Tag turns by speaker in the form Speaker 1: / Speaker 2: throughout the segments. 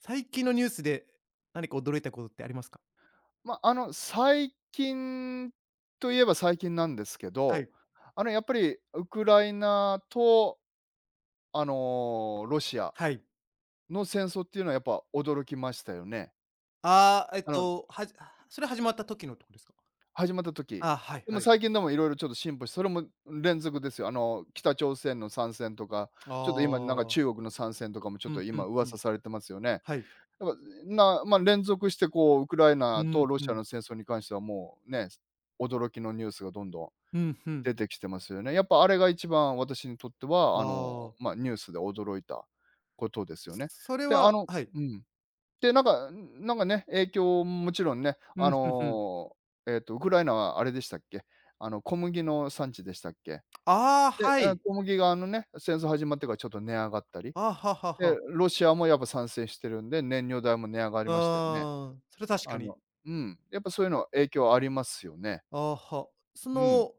Speaker 1: 最近のニュースで、何か驚いたことってありますか？
Speaker 2: まあ、最近といえば最近なんですけ
Speaker 1: は
Speaker 2: ど、
Speaker 1: い、
Speaker 2: やっぱりウクライナと、ロシア
Speaker 1: はい。
Speaker 2: の戦争っていうのはやっぱ驚きましたよね。
Speaker 1: ああ、えっ
Speaker 2: あの、
Speaker 1: と、はじあ、それ始まった時のとこですか？
Speaker 2: 始まった時。
Speaker 1: ああ、はい
Speaker 2: でも
Speaker 1: はい。
Speaker 2: 最近でもいろいろちょっと進歩してそれも連続ですよ。北朝鮮の参戦とか、
Speaker 1: あ
Speaker 2: ちょっと今なんか
Speaker 1: あ。
Speaker 2: 中国の参戦とかもちょっ
Speaker 1: う
Speaker 2: と
Speaker 1: んう
Speaker 2: 今
Speaker 1: んう
Speaker 2: 噂
Speaker 1: ん。
Speaker 2: されてますよね。やっ
Speaker 1: はい。
Speaker 2: ぱなまあ、連続してこうウクライ
Speaker 1: う
Speaker 2: ナ
Speaker 1: ん
Speaker 2: とロ
Speaker 1: う
Speaker 2: シア
Speaker 1: ん。
Speaker 2: の戦争に関してはもうね、驚きのニュースがどんどん
Speaker 1: うんうん。
Speaker 2: 出てきてますよね。やっぱあれが一番私にとっては、
Speaker 1: ああ、
Speaker 2: まあ、ニュースで驚いたことですよね。
Speaker 1: それ
Speaker 2: で、
Speaker 1: ははい。
Speaker 2: うん。で、なんかね、影響もちろんね、
Speaker 1: うん、うんうん。
Speaker 2: ウクライナはあれでしたっけ、小麦の産地でしたっけ。
Speaker 1: ああ、
Speaker 2: で、
Speaker 1: は
Speaker 2: あ
Speaker 1: い。
Speaker 2: 小麦があのね、戦争始まってからちょっと値上がったり、
Speaker 1: ああ、はは
Speaker 2: で、
Speaker 1: は
Speaker 2: ロシアもやっぱ参戦してるんで、燃料代も値上がりましたよね。
Speaker 1: ああ、それ確
Speaker 2: あ
Speaker 1: かに。
Speaker 2: のうん、やっぱそういうのは影響ありますよね。
Speaker 1: ああは。そ
Speaker 2: うん。
Speaker 1: の、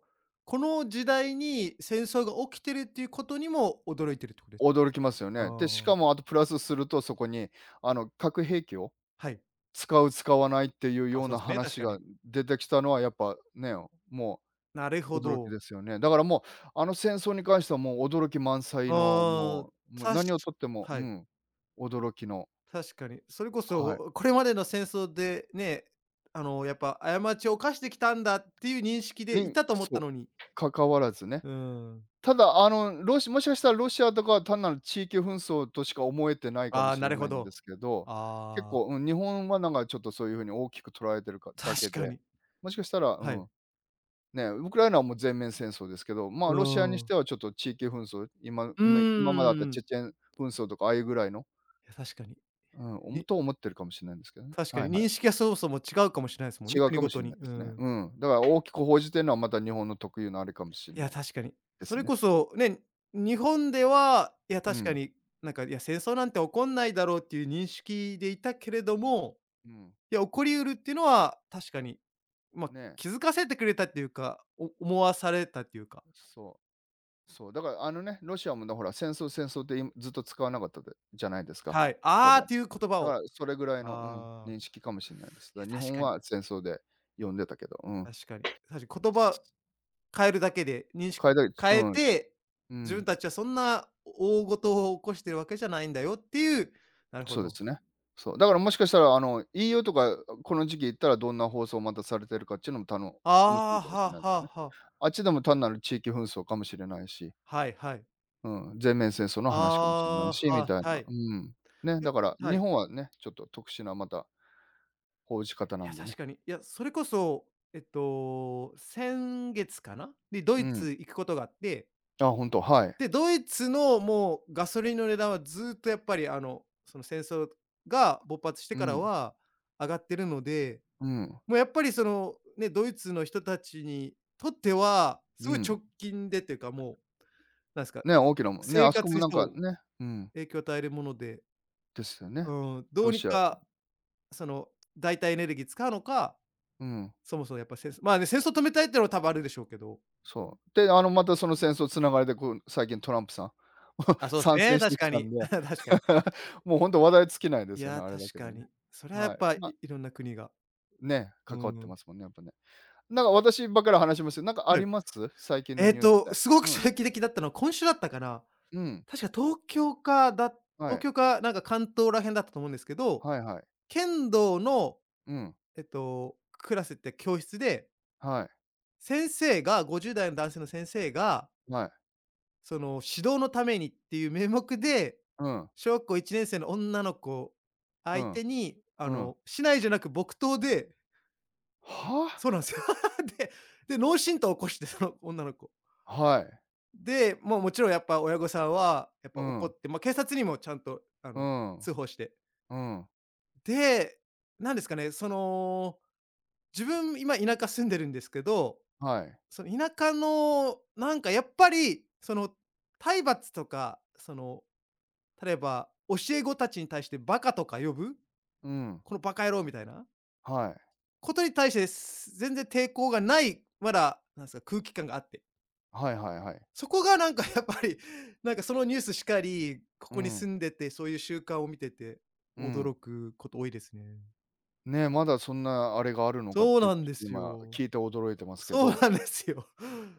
Speaker 1: この時代に戦争が起きてるっていうことにも驚いてるってことです
Speaker 2: 驚きますよ
Speaker 1: か？
Speaker 2: ね。で、し
Speaker 1: は。あ
Speaker 2: か
Speaker 1: あ。
Speaker 2: もあとプラスすると、そこにあの核兵器を
Speaker 1: はい。
Speaker 2: 使う使わないっていう
Speaker 1: あ、
Speaker 2: よう
Speaker 1: そう
Speaker 2: な
Speaker 1: ですね、確
Speaker 2: 話
Speaker 1: か
Speaker 2: が
Speaker 1: に。
Speaker 2: 出てきたのはやっぱね、も
Speaker 1: なる
Speaker 2: う
Speaker 1: ほ
Speaker 2: 驚き
Speaker 1: ど。
Speaker 2: ですよね。だからもう、あの戦争に関してはもう驚き満載の、
Speaker 1: ああ、
Speaker 2: もうもう
Speaker 1: 確
Speaker 2: 何をとっても、う
Speaker 1: はい、
Speaker 2: ん、驚きの、
Speaker 1: 確かに。それこ
Speaker 2: はい、
Speaker 1: そ、これまでの戦争でね、やっぱ過ちを犯してきたんだっていう認識でい
Speaker 2: に、
Speaker 1: たと思っ
Speaker 2: そう、
Speaker 1: たのに。
Speaker 2: 関わらずね
Speaker 1: うーん。
Speaker 2: ただ、もしかしたらロシアとかは単なる地域紛争としか思えてないかも
Speaker 1: ああ、
Speaker 2: し
Speaker 1: な
Speaker 2: れ
Speaker 1: るほ
Speaker 2: ないんで
Speaker 1: ど。
Speaker 2: すけど、結
Speaker 1: ああ、
Speaker 2: 構、うん、日本はなんかちょっとそういう風に大きく捉えてるかだけ
Speaker 1: 確
Speaker 2: で、
Speaker 1: かに。
Speaker 2: もしかしたら、う
Speaker 1: は
Speaker 2: ん、
Speaker 1: い。
Speaker 2: ね、ウクライナはもう全面戦争ですけど、まあ、
Speaker 1: う
Speaker 2: ロシア
Speaker 1: ー
Speaker 2: にし
Speaker 1: ん。
Speaker 2: てはちょっと地域紛争、今
Speaker 1: う
Speaker 2: 今今まであっ
Speaker 1: ー
Speaker 2: たチ
Speaker 1: ん。
Speaker 2: ェチェン紛争とかああいうぐらいの、
Speaker 1: いや、確かに。
Speaker 2: うん、
Speaker 1: に
Speaker 2: と思ってるかもしれないんですけどね。
Speaker 1: 確か
Speaker 2: は
Speaker 1: に
Speaker 2: いはい。
Speaker 1: 認識がそもそも違うかもしれないですもん
Speaker 2: 違
Speaker 1: ね、
Speaker 2: う
Speaker 1: 国
Speaker 2: かも
Speaker 1: ご
Speaker 2: し
Speaker 1: と
Speaker 2: れな
Speaker 1: に。
Speaker 2: い
Speaker 1: うー
Speaker 2: ですね。
Speaker 1: ん。
Speaker 2: うん。だから大きく報じてるのはまた日本の特有のあれかもしれ
Speaker 1: い
Speaker 2: な
Speaker 1: や、
Speaker 2: い
Speaker 1: 確かに。
Speaker 2: で
Speaker 1: そ
Speaker 2: す
Speaker 1: れ
Speaker 2: ね。
Speaker 1: こそね、日本では、いや、
Speaker 2: う
Speaker 1: 確か
Speaker 2: ん、
Speaker 1: に、いや、戦争なんて起こんないだろうっていう認識でいたけれども、
Speaker 2: うん。
Speaker 1: いや、起こりうるっていうのは確かに、ま、
Speaker 2: ね、
Speaker 1: 気づかせてくれたっていうか、思わされたっていうか、
Speaker 2: そう。そう、だからあのね、ロシアもね、ほら、戦争戦争って今ずっと使わなかったでじゃないですか、
Speaker 1: はい、
Speaker 2: 多
Speaker 1: ああっ
Speaker 2: 分。
Speaker 1: ていう言葉
Speaker 2: だか
Speaker 1: を、
Speaker 2: らそれぐらいの、うん、
Speaker 1: ああ、
Speaker 2: 認識かもしれないです。
Speaker 1: い
Speaker 2: だか
Speaker 1: や、
Speaker 2: ら日
Speaker 1: 確
Speaker 2: 本
Speaker 1: かに
Speaker 2: は戦争で呼んでたけど、うん。
Speaker 1: 確かに。確かに言葉変えるだけで、認
Speaker 2: 変
Speaker 1: 識
Speaker 2: えたいう
Speaker 1: 変え
Speaker 2: ん、
Speaker 1: て、
Speaker 2: う
Speaker 1: 自分
Speaker 2: ん、
Speaker 1: たちはそんな大事を起こしてるわけじゃないんだよっていうなるほ
Speaker 2: そうで
Speaker 1: ど。
Speaker 2: すね。そう、だからもしかしたらあの EU とかこの時期行ったらどんな放送をまたされてるかっていうのもたの
Speaker 1: あ
Speaker 2: 面白い
Speaker 1: あ、
Speaker 2: かもし
Speaker 1: は
Speaker 2: れ
Speaker 1: あ
Speaker 2: ないで
Speaker 1: は
Speaker 2: す
Speaker 1: あ
Speaker 2: ね。
Speaker 1: はあ。
Speaker 2: あっちでも単なる地域紛争かもしれないし、
Speaker 1: はいはい。
Speaker 2: うん、全面戦争の話かもしれない
Speaker 1: あ
Speaker 2: し
Speaker 1: あ、
Speaker 2: み
Speaker 1: はい
Speaker 2: たい
Speaker 1: は
Speaker 2: な、
Speaker 1: い。い
Speaker 2: うん。ね、
Speaker 1: や、
Speaker 2: だから
Speaker 1: は
Speaker 2: 日
Speaker 1: い。
Speaker 2: 本はね、ちょっと特殊なまた報じ方な
Speaker 1: いや、
Speaker 2: んで
Speaker 1: 確
Speaker 2: ね。
Speaker 1: かに。いや、それこそ、先月かな？にド
Speaker 2: う
Speaker 1: イ
Speaker 2: ん。
Speaker 1: ツ行くことがあって、
Speaker 2: あ、本当、はい。
Speaker 1: で、ドイツのもうガソリンの値段はずっとやっぱり、その戦争が勃発して
Speaker 2: う
Speaker 1: から
Speaker 2: ん、
Speaker 1: は上がってるので、
Speaker 2: うん、
Speaker 1: もうやっぱりその、ね、ドイツの人たちにとっては、す
Speaker 2: う
Speaker 1: ごい
Speaker 2: ん。
Speaker 1: 直近でっていうか、もう、なんですか、
Speaker 2: ね、大きなもんね、
Speaker 1: 生
Speaker 2: あそこ
Speaker 1: 活
Speaker 2: も
Speaker 1: に
Speaker 2: なんか
Speaker 1: そう、
Speaker 2: ね、うん、
Speaker 1: 影響を与えるもので、
Speaker 2: ですよね。
Speaker 1: うん、ど
Speaker 2: ロ
Speaker 1: うに
Speaker 2: シア、
Speaker 1: かその、代替エネルギー使うのか、
Speaker 2: うん、
Speaker 1: そもそもやっぱ戦争まあね、戦争止めたいってのは多分あるでしょうけど。
Speaker 2: そう。で、またその戦争つながりで、こう、最近トランプさん、
Speaker 1: あ、そう
Speaker 2: 参
Speaker 1: です
Speaker 2: 戦
Speaker 1: ね、
Speaker 2: して
Speaker 1: 確
Speaker 2: き
Speaker 1: か
Speaker 2: た
Speaker 1: に。
Speaker 2: んで、
Speaker 1: 確かに。
Speaker 2: もうほんと話題尽きないで
Speaker 1: い
Speaker 2: すよね、
Speaker 1: や、
Speaker 2: あれだ
Speaker 1: 確
Speaker 2: けで
Speaker 1: か
Speaker 2: ね。
Speaker 1: に。それはや
Speaker 2: は
Speaker 1: っ
Speaker 2: い。
Speaker 1: ぱ、
Speaker 2: ま、
Speaker 1: いろんな国が。
Speaker 2: ね、
Speaker 1: う
Speaker 2: 関わって
Speaker 1: ん。
Speaker 2: ますもんね、やっぱね。なんか私ばっかり話しますけど、なんかあ
Speaker 1: はい。
Speaker 2: ります？最近のニュースで。
Speaker 1: すごく
Speaker 2: うん、
Speaker 1: 衝撃的だったのは、今週だったかな。
Speaker 2: うん、
Speaker 1: 確か東京かだ
Speaker 2: は
Speaker 1: 東
Speaker 2: い、
Speaker 1: 京かなんか関東ら辺だったと思うんですけど、
Speaker 2: はいはい。
Speaker 1: 剣道の、
Speaker 2: うん、
Speaker 1: クラスって教室で、
Speaker 2: はい、
Speaker 1: 先生が50代の男性の先生が
Speaker 2: はい。
Speaker 1: その、指導のためにっていう名目で、
Speaker 2: うん、
Speaker 1: 小学校1年生の女の子
Speaker 2: う
Speaker 1: 相
Speaker 2: ん、
Speaker 1: 手に、あ
Speaker 2: うん。
Speaker 1: の、竹刀じゃなく木刀で
Speaker 2: は？
Speaker 1: そうなんすよ。で、で、脳震盪起こして、その女の子。
Speaker 2: はい。
Speaker 1: で、もうもちろんやっぱ親御さんは、やっ
Speaker 2: う
Speaker 1: ぱ怒
Speaker 2: ん、
Speaker 1: って、ま、警察にもちゃんと、あ
Speaker 2: う
Speaker 1: の、
Speaker 2: ん、
Speaker 1: 通報して。
Speaker 2: うん、
Speaker 1: で、なんですかね、その、自分今田舎住んでるんですけど、
Speaker 2: はい。
Speaker 1: その田舎の、なんかやっぱり、その、体罰とか、その例えば、教え子たちに対してバカとか呼ぶ
Speaker 2: うん、
Speaker 1: このバカ野郎みたいな
Speaker 2: はい。
Speaker 1: ことに対して全然抵抗がない、まだ、なんですか、空気感があって。
Speaker 2: はいはいはい。
Speaker 1: そこがなんか やっぱり、なんかそのニュースしかり、こ
Speaker 2: う
Speaker 1: こに
Speaker 2: ん、
Speaker 1: 住んでて、そういう習慣を見てて、
Speaker 2: うん。
Speaker 1: 驚くこと多いですね。
Speaker 2: ね、まだそんなあれがあるのかっ
Speaker 1: そう
Speaker 2: て
Speaker 1: なんです
Speaker 2: 今
Speaker 1: よ。
Speaker 2: 聞いて驚いてますけ
Speaker 1: そう
Speaker 2: ど、
Speaker 1: なんですよ。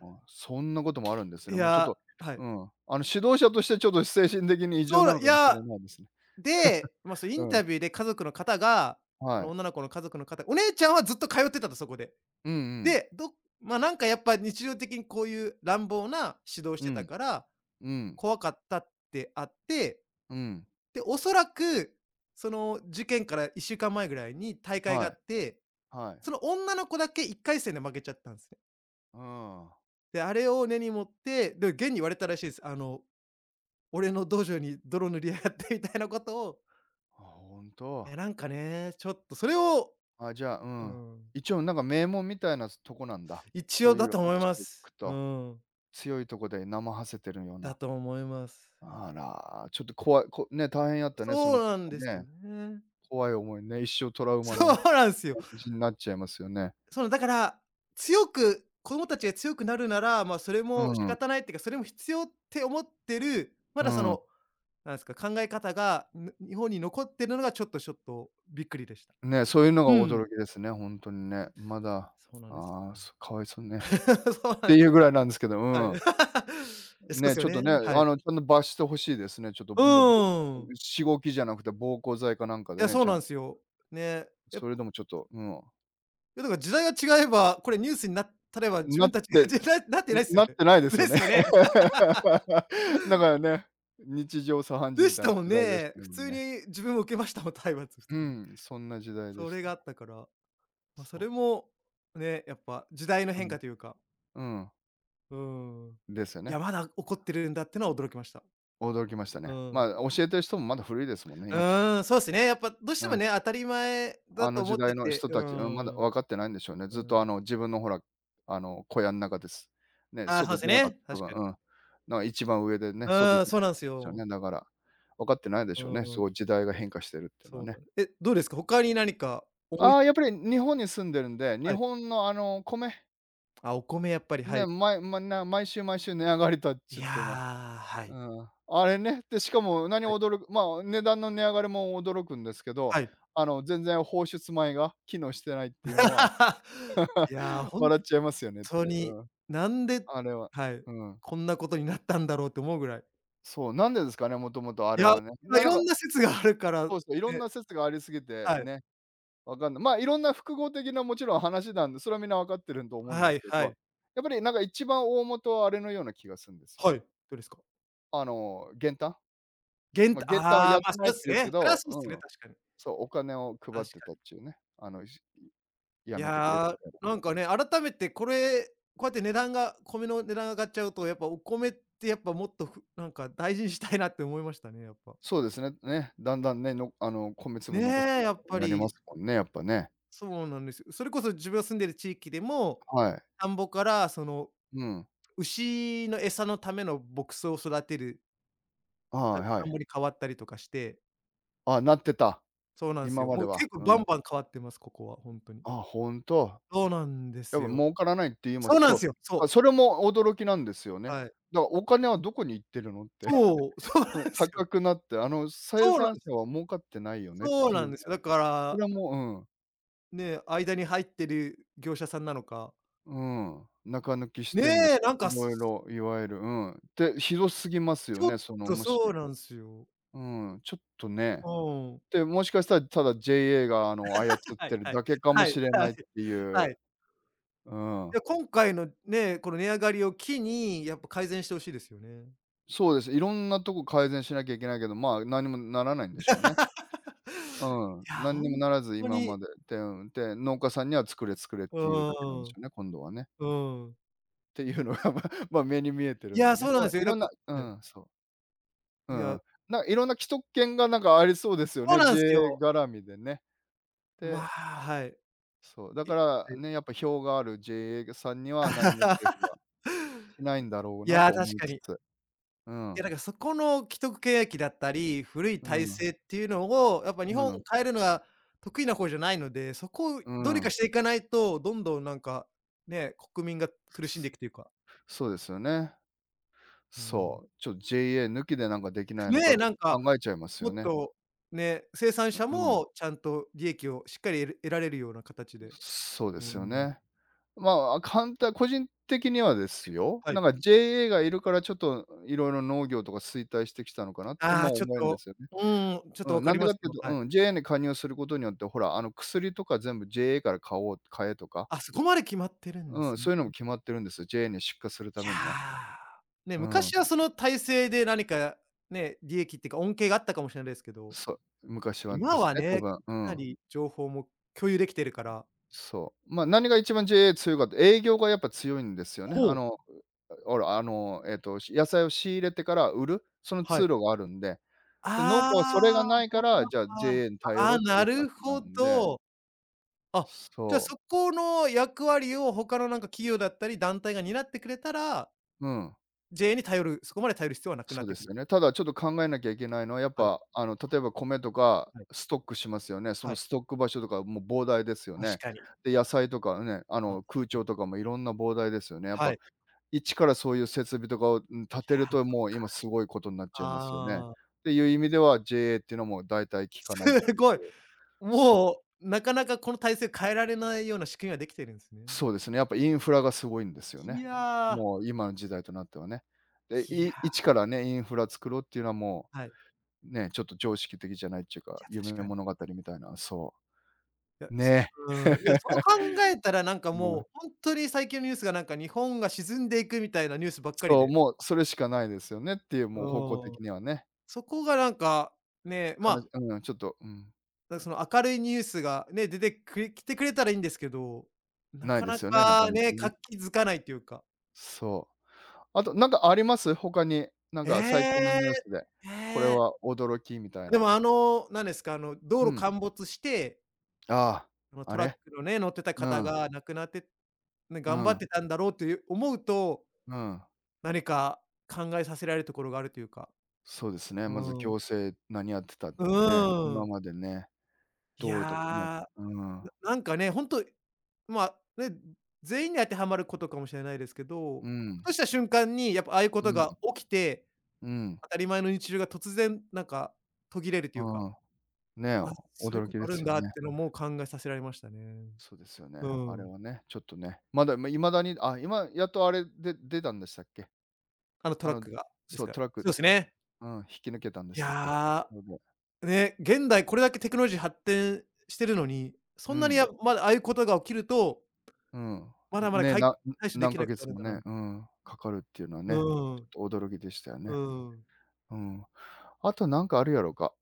Speaker 2: あ、そんなこともあるんですね。
Speaker 1: い
Speaker 2: もうちょっ
Speaker 1: や、
Speaker 2: と、
Speaker 1: はい。
Speaker 2: うん、指導者としてちょっと精神的に異常
Speaker 1: そう
Speaker 2: な
Speaker 1: な、
Speaker 2: の
Speaker 1: い
Speaker 2: かもし
Speaker 1: や、
Speaker 2: れないですね。
Speaker 1: で、まあ、そのイ
Speaker 2: う
Speaker 1: ン
Speaker 2: ん、
Speaker 1: タビューで家族の方が、そ
Speaker 2: は
Speaker 1: の
Speaker 2: い。
Speaker 1: 女の子の家族の方お姉ちゃんはずっと通ってたと、そこで。
Speaker 2: うんうん、
Speaker 1: で、まあ、なんかやっぱ日常的にこういう乱暴な指導し
Speaker 2: う
Speaker 1: てた
Speaker 2: ん、
Speaker 1: から、
Speaker 2: うん、
Speaker 1: 怖かったってあって、
Speaker 2: うん、
Speaker 1: で、おそらく、その事件から1週間前ぐらいに大会があ
Speaker 2: はい、
Speaker 1: って、
Speaker 2: はい。
Speaker 1: その女の子だけ1回戦で負けちゃったんすね。
Speaker 2: うん。あ、
Speaker 1: で、あれを根に持って、で、現に言われたらしいです。あの、俺の道場に泥塗りやがってみたいなことを、
Speaker 2: ほん
Speaker 1: い
Speaker 2: と？
Speaker 1: やなんかね、ちょっとそれを
Speaker 2: あ、じゃあ、う
Speaker 1: う
Speaker 2: ん。
Speaker 1: ん、
Speaker 2: 一応なんか名門みたいなとこなんだ。
Speaker 1: 一
Speaker 2: そ
Speaker 1: 応
Speaker 2: ういう
Speaker 1: だと思い
Speaker 2: 話
Speaker 1: ま
Speaker 2: を聞く
Speaker 1: す。う
Speaker 2: と、
Speaker 1: ん、
Speaker 2: 強いとこで生馳せてるよう
Speaker 1: だ
Speaker 2: な。
Speaker 1: と思います。
Speaker 2: あら、ちょっと怖い、こね、大変やったね、そ
Speaker 1: そ
Speaker 2: の
Speaker 1: うなんです
Speaker 2: ね、
Speaker 1: よね。
Speaker 2: 怖い思いね、一生トラ ウマ
Speaker 1: そ
Speaker 2: の
Speaker 1: うなんすよ。
Speaker 2: 感じになっちゃいますよね。
Speaker 1: そのだから、強く子供たちが強くなるなら、まあ、それ
Speaker 2: う
Speaker 1: も仕
Speaker 2: ん、
Speaker 1: 方ないっていうか、それも必要って思ってる、ま
Speaker 2: う
Speaker 1: だそ
Speaker 2: ん。
Speaker 1: の、なんすか、考え方が、日本に残ってるのがちょっとちょっとびっくりでした。
Speaker 2: ね、そういうのが
Speaker 1: うん。
Speaker 2: 驚きですね、ほんとにね。まだ、
Speaker 1: そうなんですよ。
Speaker 2: ああ、そかわいそうね。っ
Speaker 1: そうなん
Speaker 2: ていうぐらいなんですけど、う
Speaker 1: はい。
Speaker 2: ん。
Speaker 1: え、そうで
Speaker 2: ね、
Speaker 1: す
Speaker 2: ち
Speaker 1: よ
Speaker 2: ょっと
Speaker 1: ね、
Speaker 2: ね、
Speaker 1: はい。
Speaker 2: ちゃんと罰してほしいですね。ちょっと
Speaker 1: う
Speaker 2: もう、ぼ
Speaker 1: ーん。
Speaker 2: しごきじゃなくて暴行罪かなんか
Speaker 1: い
Speaker 2: で
Speaker 1: や、
Speaker 2: ね、
Speaker 1: そう
Speaker 2: ちゃん
Speaker 1: なんすよ。ね、やっ
Speaker 2: それ
Speaker 1: ぱ、
Speaker 2: でもちょっと、うん。
Speaker 1: いやだから時代が違えば、これニュースになったれば、自
Speaker 2: なっ
Speaker 1: 分たち
Speaker 2: て、
Speaker 1: が、
Speaker 2: ん、
Speaker 1: じななってないすよ
Speaker 2: なっ
Speaker 1: ね。
Speaker 2: てないですよ
Speaker 1: で
Speaker 2: ね。
Speaker 1: すよね。
Speaker 2: だからね、日常茶飯事
Speaker 1: で
Speaker 2: み
Speaker 1: し
Speaker 2: たい
Speaker 1: た
Speaker 2: な
Speaker 1: もん
Speaker 2: 時代でし
Speaker 1: ね。
Speaker 2: た
Speaker 1: 普
Speaker 2: もん
Speaker 1: 通
Speaker 2: ね。
Speaker 1: に自分も受けましたもん、体罰普通
Speaker 2: う
Speaker 1: に。
Speaker 2: ん、そんな時代で
Speaker 1: そ
Speaker 2: し
Speaker 1: れ
Speaker 2: た
Speaker 1: が
Speaker 2: ね。
Speaker 1: あったから、ま、そ
Speaker 2: そう。
Speaker 1: れもね、やっぱ時代の
Speaker 2: う
Speaker 1: 変
Speaker 2: ん、
Speaker 1: 化というか、
Speaker 2: う
Speaker 1: うーん。
Speaker 2: ん、ですよ
Speaker 1: いや、
Speaker 2: ね。
Speaker 1: まだ怒ってるんだってのは驚きました。
Speaker 2: 驚きました
Speaker 1: う
Speaker 2: ね。ま
Speaker 1: ん。
Speaker 2: あ、教えてる人もまだ古いですもんね、
Speaker 1: う
Speaker 2: 今聞く
Speaker 1: ーん、そうですね。やっぱどうし
Speaker 2: う
Speaker 1: ても
Speaker 2: ん。
Speaker 1: ね、当たり前
Speaker 2: あ
Speaker 1: だ
Speaker 2: の
Speaker 1: と思
Speaker 2: 時
Speaker 1: っ
Speaker 2: 代
Speaker 1: て
Speaker 2: の
Speaker 1: て、
Speaker 2: 人
Speaker 1: うー
Speaker 2: たち、うん、まだ
Speaker 1: ん、
Speaker 2: 分か
Speaker 1: う
Speaker 2: ってないんでしょうね。ずっ
Speaker 1: ん。
Speaker 2: とあの自分のほら、あの小屋ん中です。ね、
Speaker 1: ああ、そう
Speaker 2: 外
Speaker 1: です
Speaker 2: 出なかっ
Speaker 1: ね、
Speaker 2: た
Speaker 1: 確
Speaker 2: 分、
Speaker 1: かに。
Speaker 2: うん。なんか一番上でね、
Speaker 1: う
Speaker 2: 外
Speaker 1: ー
Speaker 2: 出
Speaker 1: ん、
Speaker 2: なか
Speaker 1: そうな
Speaker 2: っ
Speaker 1: ん
Speaker 2: たで
Speaker 1: す
Speaker 2: すよ
Speaker 1: よ。
Speaker 2: ね。だから、分かってないで
Speaker 1: う
Speaker 2: しょうね。
Speaker 1: ー
Speaker 2: す
Speaker 1: ん、
Speaker 2: ごい時代が変化してるっていうのは
Speaker 1: そう
Speaker 2: ね。
Speaker 1: なんえ、どうですか？他に何か思い
Speaker 2: ああ、やっぱり日本に住んでるんで、日
Speaker 1: はい。
Speaker 2: 本のあの米、
Speaker 1: あ、お米やっぱり、は
Speaker 2: ね、
Speaker 1: い。
Speaker 2: 毎ま、な毎週毎週値上がりたっち
Speaker 1: い
Speaker 2: ゅっ
Speaker 1: や、
Speaker 2: ていうの
Speaker 1: は
Speaker 2: う
Speaker 1: い。
Speaker 2: ん。あれね、で、しかも何
Speaker 1: はい。
Speaker 2: 驚くまあ、値段の値上がりも驚くんですけど、
Speaker 1: はい。
Speaker 2: あの全然放出米が機能してないっていうのは
Speaker 1: いや、ほん
Speaker 2: 笑っちゃいますよねって
Speaker 1: と
Speaker 2: い
Speaker 1: に、
Speaker 2: う、うん、
Speaker 1: なんで
Speaker 2: あれは。
Speaker 1: はい、
Speaker 2: うん。
Speaker 1: こんなことになったんだろうって思うぐらい。
Speaker 2: そう、なんでですかね、もともとあ
Speaker 1: い
Speaker 2: れ
Speaker 1: や、
Speaker 2: はね。
Speaker 1: ま、い
Speaker 2: なん
Speaker 1: ろ
Speaker 2: か、
Speaker 1: んな説があるから、ね、
Speaker 2: そうそう、いろんな説がありすぎて
Speaker 1: はい。
Speaker 2: ね、わかんない。まあ、いろんな複合的なもちろん話なんで、それはみんなわかってると思うんで
Speaker 1: は
Speaker 2: す
Speaker 1: い
Speaker 2: け
Speaker 1: は
Speaker 2: ど、
Speaker 1: い。
Speaker 2: やっぱりなんか一番大元はあれのような気がするんですよ
Speaker 1: は
Speaker 2: ね。
Speaker 1: い、どれすか？
Speaker 2: 減反？まあ、減反は
Speaker 1: ああ、
Speaker 2: やっ
Speaker 1: ま、
Speaker 2: て
Speaker 1: そう
Speaker 2: ない
Speaker 1: で
Speaker 2: って
Speaker 1: す
Speaker 2: 言う
Speaker 1: ね。
Speaker 2: け
Speaker 1: それは
Speaker 2: ど、
Speaker 1: そうっす
Speaker 2: う
Speaker 1: ね、
Speaker 2: ん、
Speaker 1: 確かに。
Speaker 2: そう、お金を配
Speaker 1: 確
Speaker 2: って
Speaker 1: か
Speaker 2: たっ
Speaker 1: に。
Speaker 2: ちゅうね。や
Speaker 1: い
Speaker 2: めてくれって
Speaker 1: や、
Speaker 2: 言うから
Speaker 1: な
Speaker 2: ね。
Speaker 1: んかね、改めてこれ、こうやって値段が米の値段上がっちゃうと、やっぱお米ってやっぱもっとなんか大事にしたいなって思いましたね、やっぱ。
Speaker 2: そうですね、ね、だんだんね、のあの、米粒
Speaker 1: ね、
Speaker 2: 残さな
Speaker 1: や
Speaker 2: い
Speaker 1: っ
Speaker 2: ように
Speaker 1: ぱ
Speaker 2: なりま
Speaker 1: り。
Speaker 2: すもんね、やっぱね。
Speaker 1: そうなんですよ。それこそ自分が住んでる地域でも、
Speaker 2: はい。
Speaker 1: 田んぼからその
Speaker 2: うん。
Speaker 1: 牛の餌のための牧草を育てる、
Speaker 2: ああ、
Speaker 1: なんか
Speaker 2: は
Speaker 1: 田
Speaker 2: い。
Speaker 1: んぼに変わったりとかして、
Speaker 2: あ、なってた。
Speaker 1: そうなんす
Speaker 2: 今
Speaker 1: よ。
Speaker 2: ま
Speaker 1: も
Speaker 2: で
Speaker 1: う
Speaker 2: は。
Speaker 1: 結構
Speaker 2: う
Speaker 1: バン
Speaker 2: ん。
Speaker 1: バン変わってます、ここはほんとに。
Speaker 2: あ、ほんと。
Speaker 1: そうなんで
Speaker 2: やっ
Speaker 1: す
Speaker 2: ぱ
Speaker 1: よ。
Speaker 2: 儲からないって言いま
Speaker 1: そう
Speaker 2: す。
Speaker 1: なん
Speaker 2: そう。
Speaker 1: すよ、そ
Speaker 2: あ、
Speaker 1: う。
Speaker 2: それも驚きなんですよね。だか
Speaker 1: はい。
Speaker 2: らお金はどこに行ってるのって。
Speaker 1: そう、そう
Speaker 2: こ
Speaker 1: なん
Speaker 2: の
Speaker 1: ですよ。
Speaker 2: 高くなって、あの生
Speaker 1: そうなん
Speaker 2: 産
Speaker 1: で
Speaker 2: 者
Speaker 1: すよ。
Speaker 2: は儲かってないよねっ
Speaker 1: そう
Speaker 2: てい
Speaker 1: な
Speaker 2: う
Speaker 1: ん
Speaker 2: の
Speaker 1: です
Speaker 2: は、
Speaker 1: よ。だか
Speaker 2: それは
Speaker 1: ら、
Speaker 2: も
Speaker 1: ね、間に入ってる業者さんなのか、
Speaker 2: う、うん、うん、中抜きしてんで、い
Speaker 1: ね、なんか、
Speaker 2: ろいろいわゆる、うん。で、ひどすぎます
Speaker 1: ち
Speaker 2: よ
Speaker 1: ょっ
Speaker 2: ね、その
Speaker 1: と
Speaker 2: もし。
Speaker 1: そうなんすよ。
Speaker 2: うん、ちょっとね。
Speaker 1: うん。
Speaker 2: で、もしかしたらただ JA があの操っ
Speaker 1: はい
Speaker 2: てる
Speaker 1: はい。
Speaker 2: だけかも
Speaker 1: はい
Speaker 2: しれ
Speaker 1: は
Speaker 2: な
Speaker 1: い
Speaker 2: いってい
Speaker 1: は
Speaker 2: う、
Speaker 1: い。
Speaker 2: うん。
Speaker 1: いや、今回のね、この値上がりを機に、やっぱ改善して欲しいですよね。
Speaker 2: そうです。いろんなとこ改善しなきゃいけないけど、まあ、何もならないんでしょうね。
Speaker 1: い
Speaker 2: うん。
Speaker 1: や、
Speaker 2: 何
Speaker 1: ほ
Speaker 2: にも
Speaker 1: ん
Speaker 2: ならず
Speaker 1: と
Speaker 2: 今ま
Speaker 1: に、
Speaker 2: で、で、うん、で、農家さんには作れ作れっ
Speaker 1: う
Speaker 2: ていうだけなんでし
Speaker 1: ー
Speaker 2: ょ
Speaker 1: ん、
Speaker 2: うね、今度はね。
Speaker 1: うん。
Speaker 2: っていうのが、まあ ま、目に見えて
Speaker 1: い
Speaker 2: るんで
Speaker 1: や、
Speaker 2: ね。
Speaker 1: そうなんで
Speaker 2: ま、
Speaker 1: すよ。
Speaker 2: い
Speaker 1: なん
Speaker 2: ろん
Speaker 1: か
Speaker 2: なう
Speaker 1: はい。
Speaker 2: ん、そう。う
Speaker 1: い
Speaker 2: んう
Speaker 1: や、
Speaker 2: ん。いろんな既得権がなんかありそうですよ
Speaker 1: そう
Speaker 2: ね、
Speaker 1: なんす
Speaker 2: JA
Speaker 1: よ。
Speaker 2: 絡みでね。
Speaker 1: ま
Speaker 2: で、
Speaker 1: あ、はい。
Speaker 2: そう、だ
Speaker 1: え、
Speaker 2: か
Speaker 1: は
Speaker 2: ら
Speaker 1: い。
Speaker 2: ね、やっぱ票がある JA さんには何も政府 はしないんだろう
Speaker 1: い
Speaker 2: な
Speaker 1: や、
Speaker 2: と思
Speaker 1: 確
Speaker 2: い
Speaker 1: か
Speaker 2: つ
Speaker 1: に。
Speaker 2: つ。う
Speaker 1: いや、
Speaker 2: ん、
Speaker 1: だからそこの既得権益だったり、古い
Speaker 2: う
Speaker 1: 体
Speaker 2: ん、
Speaker 1: 制っていうのを、やっぱ日
Speaker 2: う
Speaker 1: 本
Speaker 2: ん、
Speaker 1: 変えるのが得意な方じゃないので、そこを
Speaker 2: う
Speaker 1: どうにか
Speaker 2: ん。
Speaker 1: していかないと、どんどんなんか、ね、国民が苦しんでいくというか。
Speaker 2: そうですよね。
Speaker 1: うーん。
Speaker 2: そう、ちょ JA 抜きでなんかできないの
Speaker 1: ね
Speaker 2: か
Speaker 1: え、
Speaker 2: と
Speaker 1: な
Speaker 2: か
Speaker 1: んか、
Speaker 2: 考えちゃいます
Speaker 1: も
Speaker 2: よ
Speaker 1: っ
Speaker 2: ね。
Speaker 1: と、ね、生産
Speaker 2: う
Speaker 1: 者
Speaker 2: ん。
Speaker 1: もちゃんと利益をしっかり得る得られるような形で。
Speaker 2: そうで
Speaker 1: うー
Speaker 2: すよ
Speaker 1: ん、
Speaker 2: ね。まあ、簡単個人的にはですよ、
Speaker 1: はい。
Speaker 2: なんか JA がいるからちょっといろいろ農業とか衰退してきたのかなと
Speaker 1: ああ、
Speaker 2: も
Speaker 1: ちょっ
Speaker 2: 思えんで
Speaker 1: と、
Speaker 2: すよね。
Speaker 1: うーん、ちょっと
Speaker 2: う
Speaker 1: 分
Speaker 2: ん、
Speaker 1: か
Speaker 2: なん
Speaker 1: り
Speaker 2: で
Speaker 1: ま
Speaker 2: かっ
Speaker 1: す。
Speaker 2: ていうと、
Speaker 1: はい。
Speaker 2: うん、JA に加入することによって、ほら、薬とか全部 JA から買えとか、
Speaker 1: あ、そこまで決まってるんで
Speaker 2: う
Speaker 1: す
Speaker 2: ん、
Speaker 1: ね。
Speaker 2: そういうのも決まってるんですよ、JA に出荷するた
Speaker 1: い
Speaker 2: めには。
Speaker 1: や、ね、
Speaker 2: うん、
Speaker 1: 昔はその体制で何かね、利益っていうか恩恵があったかもしれないですけど、
Speaker 2: そう、昔はで
Speaker 1: 今
Speaker 2: す
Speaker 1: は
Speaker 2: ね、多
Speaker 1: ね、
Speaker 2: 分、う
Speaker 1: かな
Speaker 2: ん。
Speaker 1: り情報も共有できてるから。
Speaker 2: そう。まあ、何が一番 JA 強いかって、営業がやっぱ強いんですよね。
Speaker 1: ほう、
Speaker 2: ほら、し野菜を仕入れてから売る、その
Speaker 1: は
Speaker 2: 通
Speaker 1: い。
Speaker 2: 路があるんで。
Speaker 1: あ
Speaker 2: で、農家はそれがないから、じゃあ
Speaker 1: あ、
Speaker 2: JA に頼
Speaker 1: あ
Speaker 2: ろ
Speaker 1: あ、
Speaker 2: うってい
Speaker 1: な
Speaker 2: う
Speaker 1: る
Speaker 2: 話な
Speaker 1: ほ
Speaker 2: んで。
Speaker 1: ど。あ、じゃあ
Speaker 2: そう。
Speaker 1: そこの役割を他のなんか企業だったり、団体が担ってくれたら、
Speaker 2: うん、
Speaker 1: J に頼る、そこまで頼る必要はなくな
Speaker 2: そう
Speaker 1: っ
Speaker 2: で
Speaker 1: てく
Speaker 2: す
Speaker 1: る。
Speaker 2: よね。ただちょっと考えなきゃいけないのは、やっ
Speaker 1: はい、
Speaker 2: ぱ、例えば米とか
Speaker 1: はい、
Speaker 2: ストックしますよね。そ
Speaker 1: は
Speaker 2: の
Speaker 1: い、
Speaker 2: ストック場所とかもう膨大ですよ
Speaker 1: 確
Speaker 2: ね。
Speaker 1: かに。
Speaker 2: で、野菜とかね、
Speaker 1: あ、
Speaker 2: 空調とかもいろんな膨大ですよね。やっ
Speaker 1: はい。
Speaker 2: ぱ
Speaker 1: い
Speaker 2: 一からそういう設備とかを、うん、立て
Speaker 1: や、
Speaker 2: ると、もう
Speaker 1: そ
Speaker 2: 今すごいことになっちゃいますよね。
Speaker 1: ああ、
Speaker 2: っていう意味では JA っていうのも大体効かないっ
Speaker 1: すご
Speaker 2: て
Speaker 1: い。
Speaker 2: いう。そう。
Speaker 1: もう、なかなかこの体制変えられないような仕組みができてるんですね。
Speaker 2: そうですね。やっぱインフラがすごいんですよ
Speaker 1: い
Speaker 2: ね。
Speaker 1: や、
Speaker 2: もう今の時代となってはね。で、
Speaker 1: いや、
Speaker 2: 一からね、インフラ作ろうっていうのはも
Speaker 1: はい。
Speaker 2: う、ね、ちょっと常識的じゃないっていう
Speaker 1: い
Speaker 2: か、
Speaker 1: や、確
Speaker 2: 夢
Speaker 1: かに。
Speaker 2: 物語みたいな、そ
Speaker 1: いや、
Speaker 2: う。
Speaker 1: す
Speaker 2: ね。
Speaker 1: うーん、いや、そう考えたらなんか
Speaker 2: う
Speaker 1: も
Speaker 2: ん。
Speaker 1: う、ほんとに最近のニュースがなんか日本が沈んでいくみたいなニュースばっかり
Speaker 2: そう、
Speaker 1: で。
Speaker 2: もうそれしかないですよねっていう、
Speaker 1: う
Speaker 2: もう方向
Speaker 1: ー
Speaker 2: 的
Speaker 1: ん。
Speaker 2: にはね。
Speaker 1: そこがなんか、ね、ま
Speaker 2: かな
Speaker 1: あ、
Speaker 2: うん、ちょっと、うん、
Speaker 1: なんかその明るいニュースがね、出てくれきてくれたらいいんですけど、な
Speaker 2: ない
Speaker 1: か
Speaker 2: で
Speaker 1: な
Speaker 2: すよね、なか
Speaker 1: か
Speaker 2: なか
Speaker 1: ね、活
Speaker 2: ね。
Speaker 1: 気づかないっていうか。
Speaker 2: そう。あと、なんかあります？他に、なん
Speaker 1: へ
Speaker 2: か最近の
Speaker 1: え、
Speaker 2: ニュースで、
Speaker 1: へ
Speaker 2: これ
Speaker 1: え。
Speaker 2: は驚きみたい
Speaker 1: で
Speaker 2: な。
Speaker 1: もあの、なんですか、あの道
Speaker 2: う
Speaker 1: 路
Speaker 2: ん。
Speaker 1: 陥没して、
Speaker 2: あ
Speaker 1: あの
Speaker 2: あ、あ
Speaker 1: トラッ
Speaker 2: れ、
Speaker 1: クのね、乗ってた
Speaker 2: う
Speaker 1: 方
Speaker 2: ん、
Speaker 1: が亡くなって、ね、
Speaker 2: う
Speaker 1: 頑張っ
Speaker 2: ん、
Speaker 1: てたんだろうっていう思うと、
Speaker 2: うん。
Speaker 1: 何か考えさせられるところがあるというか。
Speaker 2: そうですね。まず
Speaker 1: う
Speaker 2: 行
Speaker 1: ん。
Speaker 2: 政、何やってたっ
Speaker 1: う
Speaker 2: てね、
Speaker 1: ー
Speaker 2: 今
Speaker 1: ん。
Speaker 2: までね、
Speaker 1: いや、
Speaker 2: 道路とかもうん、
Speaker 1: んかね、ほんと、まあ、ね、全員に当てはまることかもしれないですけど、
Speaker 2: う
Speaker 1: ふ
Speaker 2: ん、
Speaker 1: とした瞬間にやっぱああいうこ
Speaker 2: う
Speaker 1: と
Speaker 2: ん、
Speaker 1: が起きて、
Speaker 2: うん、
Speaker 1: 当たり前の日常が突然なんか途切れるというか、
Speaker 2: うん。ね、
Speaker 1: あ、そういう
Speaker 2: 驚
Speaker 1: こ
Speaker 2: き
Speaker 1: と
Speaker 2: で
Speaker 1: ある
Speaker 2: す
Speaker 1: ん
Speaker 2: よ
Speaker 1: だっ
Speaker 2: ね。
Speaker 1: てのも考えさせられましたね。
Speaker 2: そうですよ
Speaker 1: う
Speaker 2: ね。あれ
Speaker 1: ん。
Speaker 2: はね、ちょっとね、まだ、いま、だに、あ、今やっとあれで出たんでしたっけ？
Speaker 1: あのト
Speaker 2: あ
Speaker 1: ラッ
Speaker 2: の、
Speaker 1: クがです
Speaker 2: そう、
Speaker 1: か、
Speaker 2: トラック、
Speaker 1: そうですね。
Speaker 2: うん、引き抜けたんで
Speaker 1: い
Speaker 2: したっけ？
Speaker 1: や、
Speaker 2: そうで
Speaker 1: ね、現代これだけテクノロジー発展してるのに、
Speaker 2: う
Speaker 1: そんなに
Speaker 2: ん、
Speaker 1: まだああいうことが起きると、
Speaker 2: うん。
Speaker 1: まだまだ
Speaker 2: ね、な
Speaker 1: 対処で
Speaker 2: 何
Speaker 1: き
Speaker 2: ヶ
Speaker 1: ないことあ
Speaker 2: 月
Speaker 1: るん
Speaker 2: も
Speaker 1: だな
Speaker 2: ね、
Speaker 1: みた
Speaker 2: う
Speaker 1: いな。
Speaker 2: ん、かかるっていうのはね、
Speaker 1: う
Speaker 2: ち
Speaker 1: ん、
Speaker 2: ょっと驚きでしたよ
Speaker 1: う
Speaker 2: ね。
Speaker 1: ん。
Speaker 2: うん。あとなんかあるやろか。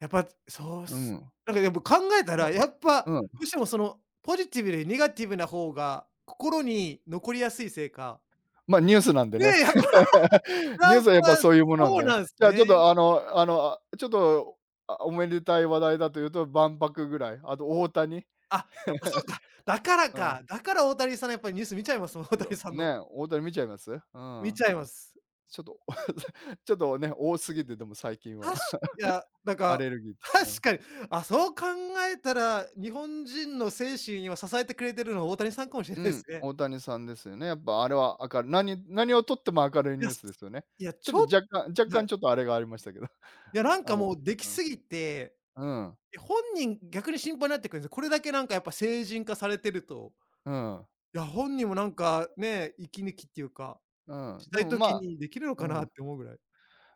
Speaker 1: やっぱ、そうっ
Speaker 2: う
Speaker 1: す。
Speaker 2: ん。
Speaker 1: なんかでも考えた
Speaker 2: ま
Speaker 1: ら、やっぱ、ど
Speaker 2: うん、
Speaker 1: うしてもその、ポジティブでネガティブな方が、心に残りやすいせいか、
Speaker 2: ま、ニュースなんで
Speaker 1: ね
Speaker 2: ね。
Speaker 1: え、やっぱ
Speaker 2: ニュ
Speaker 1: や
Speaker 2: ー
Speaker 1: っ
Speaker 2: スはやっぱ
Speaker 1: ぱ、
Speaker 2: そういうものなん
Speaker 1: そう
Speaker 2: でね。
Speaker 1: なんす
Speaker 2: じゃあちょっ
Speaker 1: ね。
Speaker 2: とちょっと、あ、おめでたい話題だというと、万博ぐらい、あと大谷。
Speaker 1: あ、やっぱそう か。だから
Speaker 2: うん、
Speaker 1: か。だから大谷さんのやっぱりニュース見ちゃいますもん、大
Speaker 2: そ
Speaker 1: 谷さ
Speaker 2: う、
Speaker 1: んの。
Speaker 2: ね、大谷見ちゃいます？うん。
Speaker 1: 見ちゃいます。
Speaker 2: ちょっと、ちょっとね、多すぎて、でも最近は。
Speaker 1: たし いや、なん
Speaker 2: ア
Speaker 1: か、
Speaker 2: レルギーっていうか、う
Speaker 1: 確
Speaker 2: ん。
Speaker 1: かに、あ、そう考えたら、日本人の精神を支えてくれてるのは大谷さんかもしれ
Speaker 2: う
Speaker 1: ないで
Speaker 2: ん、
Speaker 1: すね。
Speaker 2: 大谷さんですよね。やっぱあれは明るい何何をとっても明るい
Speaker 1: い
Speaker 2: ニュ
Speaker 1: や、
Speaker 2: ースですよね。
Speaker 1: いや、
Speaker 2: ちょっと若干若
Speaker 1: は
Speaker 2: 干
Speaker 1: い。
Speaker 2: ちょっとあれがありましたけど。
Speaker 1: いや、なん
Speaker 2: あ
Speaker 1: か
Speaker 2: の、
Speaker 1: もうでき
Speaker 2: う
Speaker 1: すぎて、
Speaker 2: ん、うん、
Speaker 1: え、本人逆に心配になってくるんですよ。これだけなんかやっぱ成人化されてると、
Speaker 2: うん、
Speaker 1: いや、本人もなんかね、息抜きっていうか、
Speaker 2: うん。
Speaker 1: し
Speaker 2: で
Speaker 1: たい
Speaker 2: も、ま
Speaker 1: 時
Speaker 2: あ、
Speaker 1: にできるの
Speaker 2: う
Speaker 1: かな
Speaker 2: ん、
Speaker 1: って思うぐらい。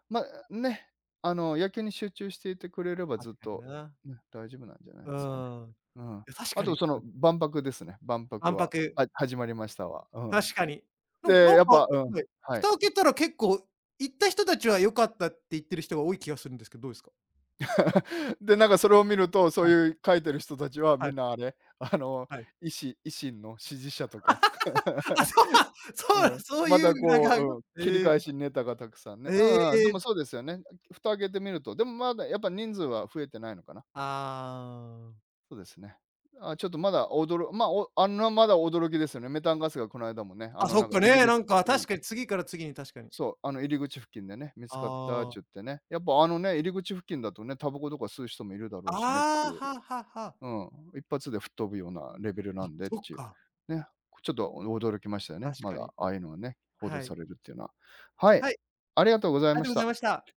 Speaker 2: ま、ね、野球に集中していてくれればず
Speaker 1: 確
Speaker 2: っ
Speaker 1: かに
Speaker 2: と、
Speaker 1: な。
Speaker 2: ね、大丈夫なんじゃない
Speaker 1: う
Speaker 2: ですかね。
Speaker 1: ーん。い
Speaker 2: うん。
Speaker 1: や、確
Speaker 2: あ
Speaker 1: か
Speaker 2: と
Speaker 1: に。
Speaker 2: その万博ですね、万
Speaker 1: う
Speaker 2: 博
Speaker 1: んぱ
Speaker 2: は。
Speaker 1: く、
Speaker 2: は始まりましたわ。うん。
Speaker 1: 確かに。な
Speaker 2: で、
Speaker 1: ん
Speaker 2: やっ
Speaker 1: か、は
Speaker 2: ぱうん、
Speaker 1: い、
Speaker 2: は
Speaker 1: 蓋
Speaker 2: い。
Speaker 1: を開けたら結構、行った人たちは良かったって言ってる人が多い気がするんですけど、どうですか？
Speaker 2: で、なんかそれを見ると、そう
Speaker 1: はい、
Speaker 2: いう書いてる人たちはみ
Speaker 1: は
Speaker 2: ん
Speaker 1: い、
Speaker 2: なあれ、
Speaker 1: はい。
Speaker 2: 維新維新の支持者とか。
Speaker 1: あ、そうなん そう
Speaker 2: う
Speaker 1: な
Speaker 2: ん。
Speaker 1: ん、そう
Speaker 2: ま
Speaker 1: いう
Speaker 2: た
Speaker 1: 裏
Speaker 2: こ
Speaker 1: 側が。
Speaker 2: う、うん、切り
Speaker 1: ええ、
Speaker 2: 返しネタがたくさんね。う
Speaker 1: え
Speaker 2: んうん、で
Speaker 1: え。
Speaker 2: もそうですよね。蓋開けてみると、でもまだやっぱ人数は増えてないのかな。
Speaker 1: ああ。
Speaker 2: そうですね。あ、ちょっとまだおどろまあ、おあんなまだ驚きですよね。メタンガスがこの間もね、あ
Speaker 1: あ、
Speaker 2: の
Speaker 1: そ
Speaker 2: な
Speaker 1: っ
Speaker 2: んか
Speaker 1: か
Speaker 2: 入り
Speaker 1: ね、
Speaker 2: 口
Speaker 1: なんか
Speaker 2: うん、
Speaker 1: 確かに次から次に確かに。
Speaker 2: そう、あの入り口付近でね、見つかったっ
Speaker 1: あ
Speaker 2: ちゅっ
Speaker 1: あ。
Speaker 2: てね。やっぱあのね、入り口付近だとね、タバコとか吸う人もいるだろう
Speaker 1: あ
Speaker 2: しねって
Speaker 1: あ、
Speaker 2: いう。
Speaker 1: はあはあはあ。
Speaker 2: うん、一発で吹っ飛ぶようなレベルな
Speaker 1: あ、
Speaker 2: んでっ
Speaker 1: そっ
Speaker 2: ちいう。
Speaker 1: か。
Speaker 2: ね、ちょっと驚きましたよね。
Speaker 1: 確
Speaker 2: ま
Speaker 1: かに。
Speaker 2: だああいうのがね、報道
Speaker 1: はい。
Speaker 2: されるっていうのは。はい、
Speaker 1: はい、
Speaker 2: ありがとうござい
Speaker 1: ありが
Speaker 2: ま
Speaker 1: と
Speaker 2: し
Speaker 1: うござい
Speaker 2: た。
Speaker 1: ました。